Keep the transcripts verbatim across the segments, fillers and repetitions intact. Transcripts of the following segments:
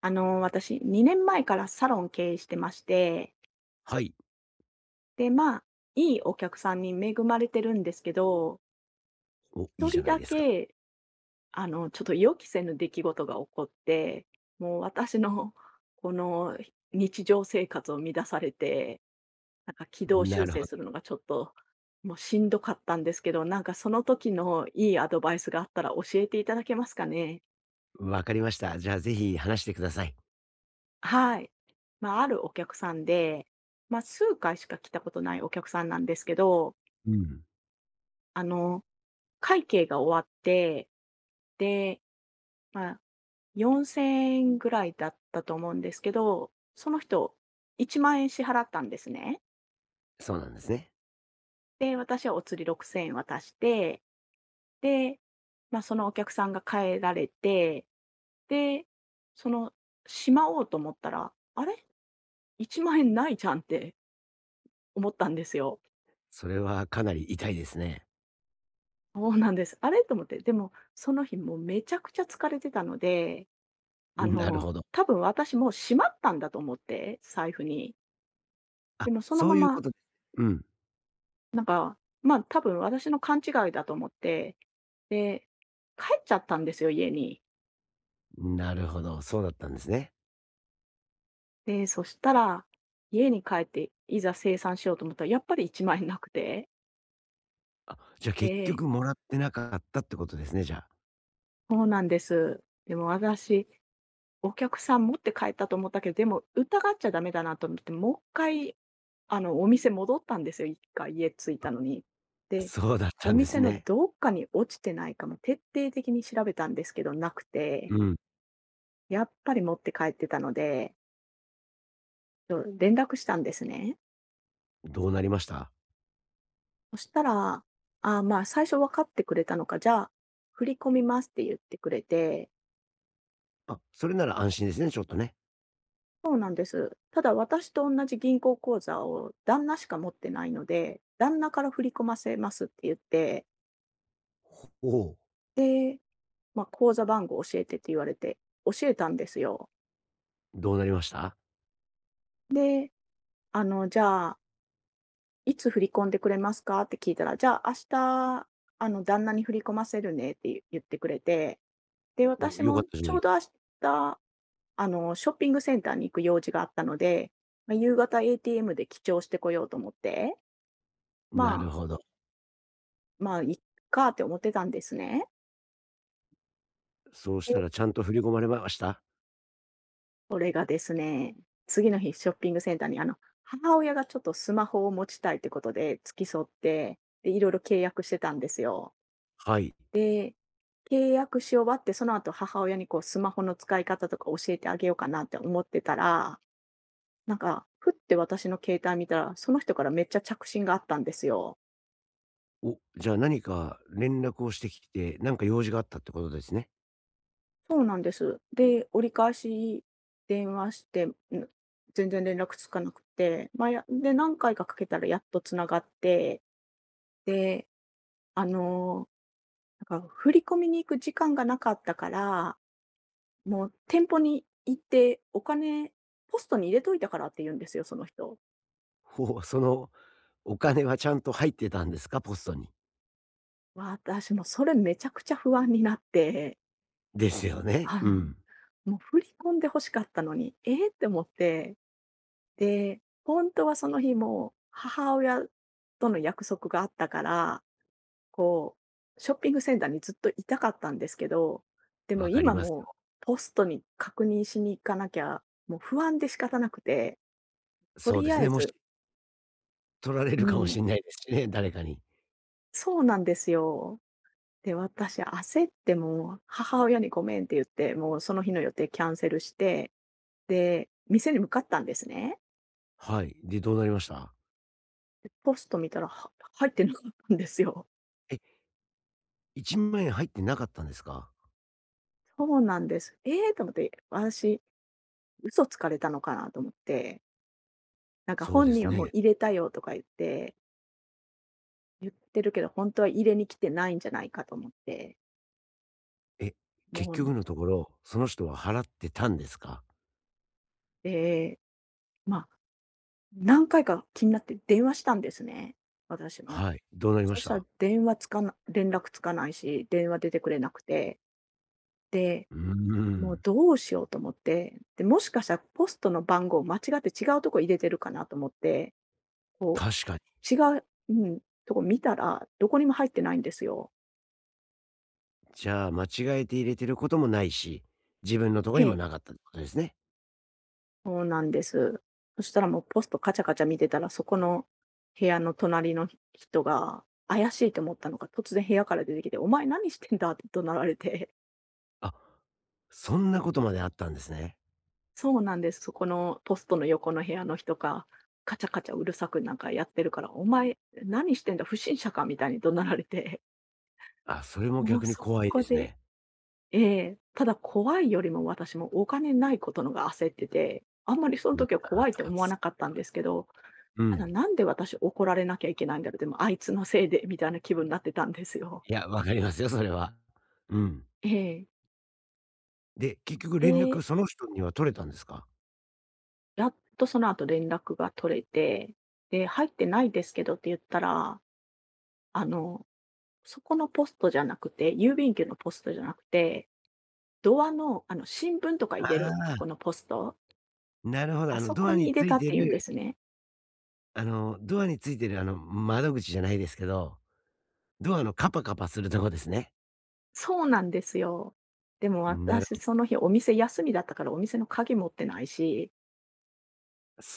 あの、私、にねんまえからサロン経営してまして、はい。で、まあ、いいお客さんに恵まれてるんですけど、お、いい一じゃ人ないだですか。け、あの、ちょっと予期せぬ出来事が起こって、もう私のこの日常生活を乱されて、なんか軌道修なるほ正すど。るのがちょっと、もうしんどかったんですけど、なんかその時のいいアドバイスがあったら教えていただけますかね？わかりました。じゃあぜひ話してください。はい。まあ、あるお客さんで、まあ、数回しか来たことないお客さんなんですけど、うん。あの、会計が終わって、で、まあ、よんせんえんぐらいだったと思うんですけど、その人いちまん円支払ったんですね。そうなんですね。で、私はお釣りろくせんえん渡して、で、まあ、そのお客さんが帰られて、で、その、しまおうと思ったら、あれ、いちまん円ないじゃんって思ったんですよ。それはかなり痛いですね。そうなんです。あれ？と思って、でも、その日もうめちゃくちゃ疲れてたので、あなるの、ほど。多分私もうしまったんだと思って、財布に。あ、でもそのそまういうこま、とです。うん。なんか、ま、あ多分私の勘違いだと思って、で、帰っちゃったんですよ、家に。なるほど、そうだったんですね。で、そしたら、家に帰って、いざ清算しようと思ったら、やっぱりいちまい円なくて。あ、じゃあ結で局もらってなかったってことですね、じゃあ。そうなんです。でも私お客さん持って帰ったと思ったけど、でも疑っちゃダメだなと思って、もう一回、あの、お店戻ったんですよ、いっかい家着いたのに。で、そうだっおたんです店のね。どっかに落ちてないかも徹底的に調べたんですけど、なくうて、ん。やっぱり持って帰ってたので、ちょっと連絡したんですね。どうなりました？そしたら、あーまあ、最初分かってくれたのか、じゃあ、振り込みますって言ってくれて、あ、それなら安心ですね、ちょっとね。そうなんです。ただ私とおんなじ銀行口座を旦那しか持ってないので、旦那から振り込ませますって言って、おお、で、まあ、口座番号教えてって言われて、教えたんですよ。どうなりました？で、あの、じゃあ、いつ振り込んでくれますかって聞いたら、じゃあ明日、あの、旦那に振り込ませるねって言ってくれて、で、お、私よかっもたじゃちなょうい。ど明日、あの、ショッピングセンターに行く用事があったので、まあ、夕方 エーティーエム で記帳してこようと思って、なまるほど。まあ、いっかって思ってたんですね。そうしたえらちゃんと振り込まれました？それがですね、次の日ショッピングセンターに、あの、母親がちょっとスマホを持ちたいってことで付き添って、で、いろいろ契約してたんですよ。はい。で、契約し終わって、その後母親にこうスマホの使い方とか教えてあげようかなって思ってたら、なんか、ふって私の携帯見たら、その人からめっちゃ着信があったんですよ。お、じゃあ何か連絡をしてきて、なんか用事があったってことですね。そうなんです。で、折り返し電話して、ん、全然連絡つかなくて、まあ、やで、何回かかけたらやっと繋がって、で、あの、なんか振り込みに行く時間がなかったから、もう店舗に行ってお金ポストに入れといたからって言うんですよ、その人。ほう、その、お金はちゃんと入ってたんですか？ポストに。私もそれめちゃくちゃ不安になって、ですよね。あうの、ん。もう振り込んで欲しかったのに、ええって思って。で、本当はその日も母親との約束があったから、こう、ショッピングセンターにずっといたかったんですけど、でもわかり今ますもう、よ。ポストに確認しに行かなきゃ、もう不安で仕方なくて、とそうでりすあえね、もずし取られうるかもしん、れないですしね、誰かに。そうなんですよ。で、私焦ってもう、母親にごめんって言って、もうその日の予定キャンセルして、で、店に向かったんですね。はい。で、どうなりました？で、ポスト見たら、は入ってなかったんですよ。え、いちまん円入ってなかったんですか？そうなんです。ええと思って、私、嘘つかれたのかなと思って、なんかそう本で人すはもうね。入れたよとか言って、言ってるけど、本当は入れに来てないんじゃないかと思って、え、結もう、局のところ、その人は払ってたんですか？で、まあ、何回か気になって電話したんですね、私も。はい。どうなりまそししたらた？電話つかな連絡つかないし、電話出てくれなくて、で、うーもうん、どうしようと思って、で、もしかしたらポストの番号間違って違うとこ入れてるかなと思って、こ確かに。う違ううん、とこ見たら、どこにも入ってないんですよ。じゃあ、間違えて入れてることもないし、自分のとこえにもえ。なかったってことですね。そうなんです。そしたらもうポストカチャカチャ見てたら、そこの部屋の隣の人が、怪しいと思ったのか、突然部屋から出てきて、お前何してんだって怒鳴られて、あ、そんなことまであったんですね。そうなんです。そこのポストの横の部屋の人が、カチャカチャうるさくなんかやってるから、お前何してんだ、不審者かみたいに怒鳴られて、あ、それももう逆にそ怖いこですでね。ええ、ただ怖いよりも私もお金ないことのが焦ってて、あんまりそのうん、時はあ怖いってあ、思わなす、かったんですけど、うただん。なんで私怒られなきゃいけないんだろう、でもあいつのせいでみたいな気分になってたんですよ。いや、わかりますよ、それは。うん。ええ。で、結局連絡で、その人には取れたんですか？やっとその後連絡が取れて、で、入ってないですけどって言ったら、あの、そこのポストじゃなくて、郵便局のポストじゃなくて、ドアの、あの、新聞とかあ入れるとこあ、のポスト、なるほど。ああの、そドこアにに入れついたってて言うんでる、すね。あの、ドアについてる、あの、窓口じゃないですけど、ドアのカパカパするとこですね。そうなんですよ。でもなる私、ほそど。の日お店休みだったからお店の鍵持ってないし、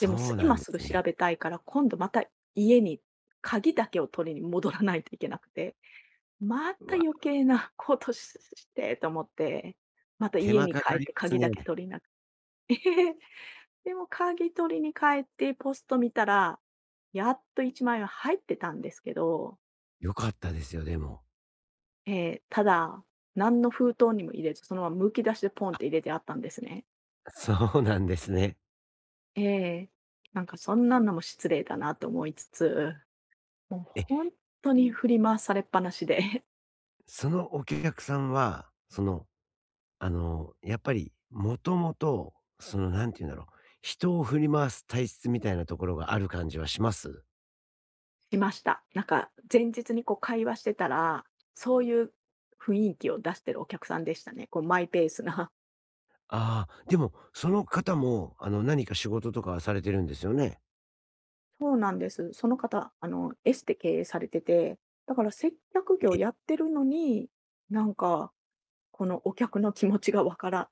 でも、すうな今んですぐす調ね。べたいから、今度また家に鍵だけを取りに戻らないといけなくて、まうたわ、余計なことししてと思って、また手家間にか帰かっりてます鍵ね。だけ取りなくて、でも鍵取りに帰ってポスト見たら、やっといちまいは入ってたんですけど、よかったですよ、でも。えーただ、何の封筒にも入れず、そのままむき出しでポンって入れてあったんですね。そうなんですね。ええ。なんかそんなのも失礼だなと思いつつ、もうえ、本当に振り回されっぱなしで そのお客さんは、その、あの、やっぱり、もともと、その、なんて言うんだろう、人を振り回す体質みたいなところがある感じはします？いました。なんか前日にこう会話してたら、そういう雰囲気を出してるお客さんでしたね。こうマイペースな。ああー、でも、その方も、あの、何か仕事とかはされてるんですよね？そうなんです。その方、あの、エステ経営されてて、だから接客業え、やってるのに、なんかこのお客の気持ちがわから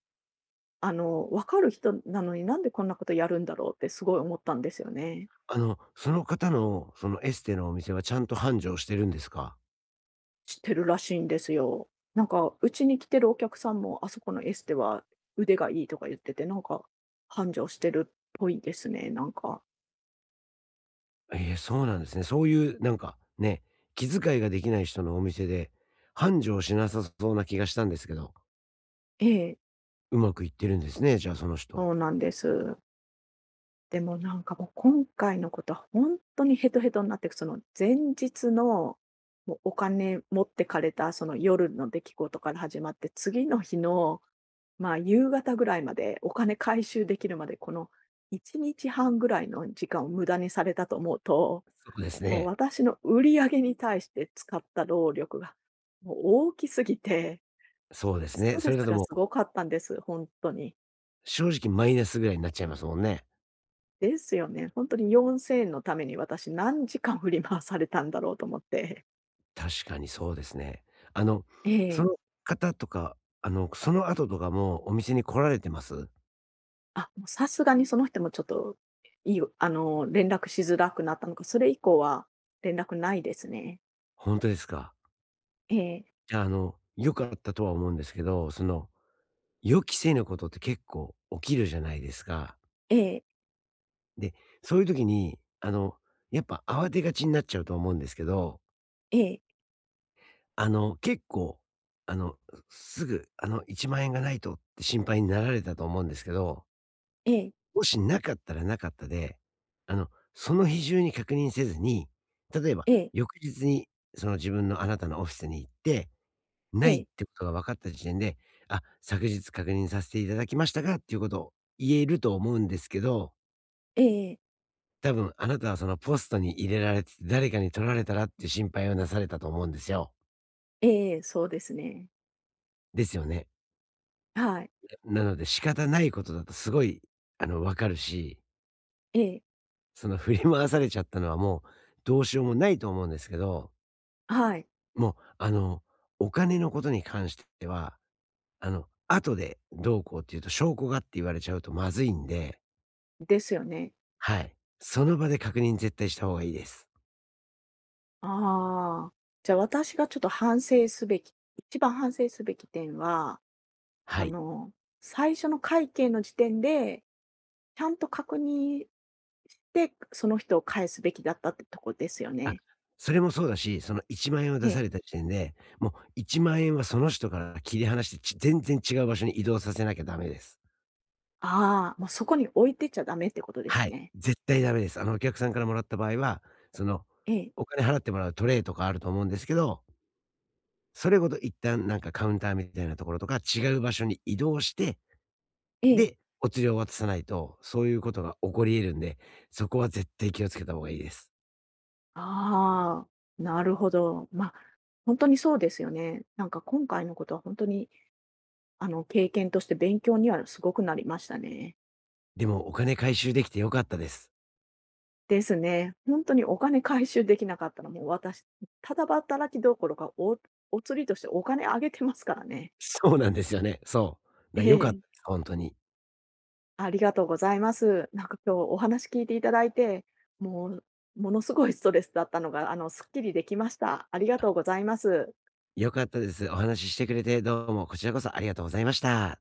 あの、わかる人なのに、なんでこんなことやるんだろうってすごい思ったんですよね。あの、その方の、そのエステのお店はちゃんと繁盛してるんですか？してるらしいんですよ。なんか、うちに来てるお客さんも、あそこのエステは腕がいいとか言ってて、なんか、繁盛してるっぽいですね、なんか。ええ、そうなんですね。そういう、なんか、ね、気遣いができない人のお店で、繁盛しなさそうな気がしたんですけど。ええ、うまくいってるんですね、じゃあ、その人。そうなんです。でもなんかもう今回のことは本当にヘトヘトになって、その前日の、もうお金持ってかれたその夜の出来事から始まって、次の日の、まあ、夕方ぐらいまで、お金回収できるまで、このいちにちはんぐらいの時間を無駄にされたと思うとそうですもうね。私の売り上げに対して使った労力が、もう大きすぎて、そうですスね。トそレスれだとがもすう、ごかったんです、本当に。正直マイナスぐらいになっちゃいますもんね。ですよね。本当によんせんえんのために私何時間振り回されたんだろうと思って。確かにそうですね。あの、ええ。その方とか、あの、その後とかもお店に来られてます？あ、もうさすがにその人もちょっと、いいよあの、連絡しづらくなったのか、それ以降は連絡ないですね。本当ですか。ええ、じゃあ、あの、良かったとは思うんですけど、その、予期せぬことって結構起きるじゃないですか。ええ、で、そういう時に、あの、やっぱ慌てがちになっちゃうと思うんですけど、ええ、あの、結構、あの、すぐ、あの、いちまん円がないとって心配になられたと思うんですけど、ええ、もしなかったらなかったで、あの、その日中に確認せずに、例えばええ、翌日にその自分のあなたのオフィスに行って、えないっえ、てことが分かった時点で、あ、昨日確認させていただきましたがっていうことを言えると思うんですけど、ええ、多分あなたはそのポストに入れられてて誰かに取られたらっていう心配をなされたと思うんですよ。ええ、そうですね。ですよね。はい。なので仕方ないことだとすごい、あの、わかるし、ええ、その振り回されちゃったのはもうどうしようもないと思うんですけど、はい。もう、あの、お金のことに関しては、あの、後でどうこうっていうと証拠がって言われちゃうとまずいんで、ですよね。はい。その場で確認絶対した方がいいです。ああ、じゃあ私がちょっと反省すべき、一番反省すべき点は、はあい。の、最初の会計の時点で、ちゃんと確認して、その人を返すべきだったってとこですよあ、ね。それもそうだし、そのいちまん円をえ出さえ。れた時点で、もういちまん円はその人から切り離して、ち全然違う場所に移動させなきゃダメです。ああ、もうそこに置いてっちゃダメってことではすい、ね。絶対ダメです。あの、お客さんからもらった場合は、その、ええ、お金払ってもらうトレイとかあると思うんですけど、それごと一旦なんかカウンターみたいなところとか、違う場所に移動して、ええ。で、お釣りを渡さないと、そういうことが起こり得るんで、そこは絶対気をつけた方がいいです。ああ、なるほど。ま、あ本当にそうですよね。なんか今回のことは本当に、あの、経験として勉強にはすごくなりましたね。でもお金回収できて良かったです。ですね。本当にお金回収できなかったら、もう私、ただ働きどころか、おお釣りとしてお金あげてますからね。そうなんですよね。そう。えな良かったえ。です、本当に。ありがとうございます。なんか今日お話聞いていただいて、もう、ものすごいストレスだったのが、あの、すっきりできました。ありがとうございます。良かったです。お話ししてくれて、どうもこちらこそありがとうございました。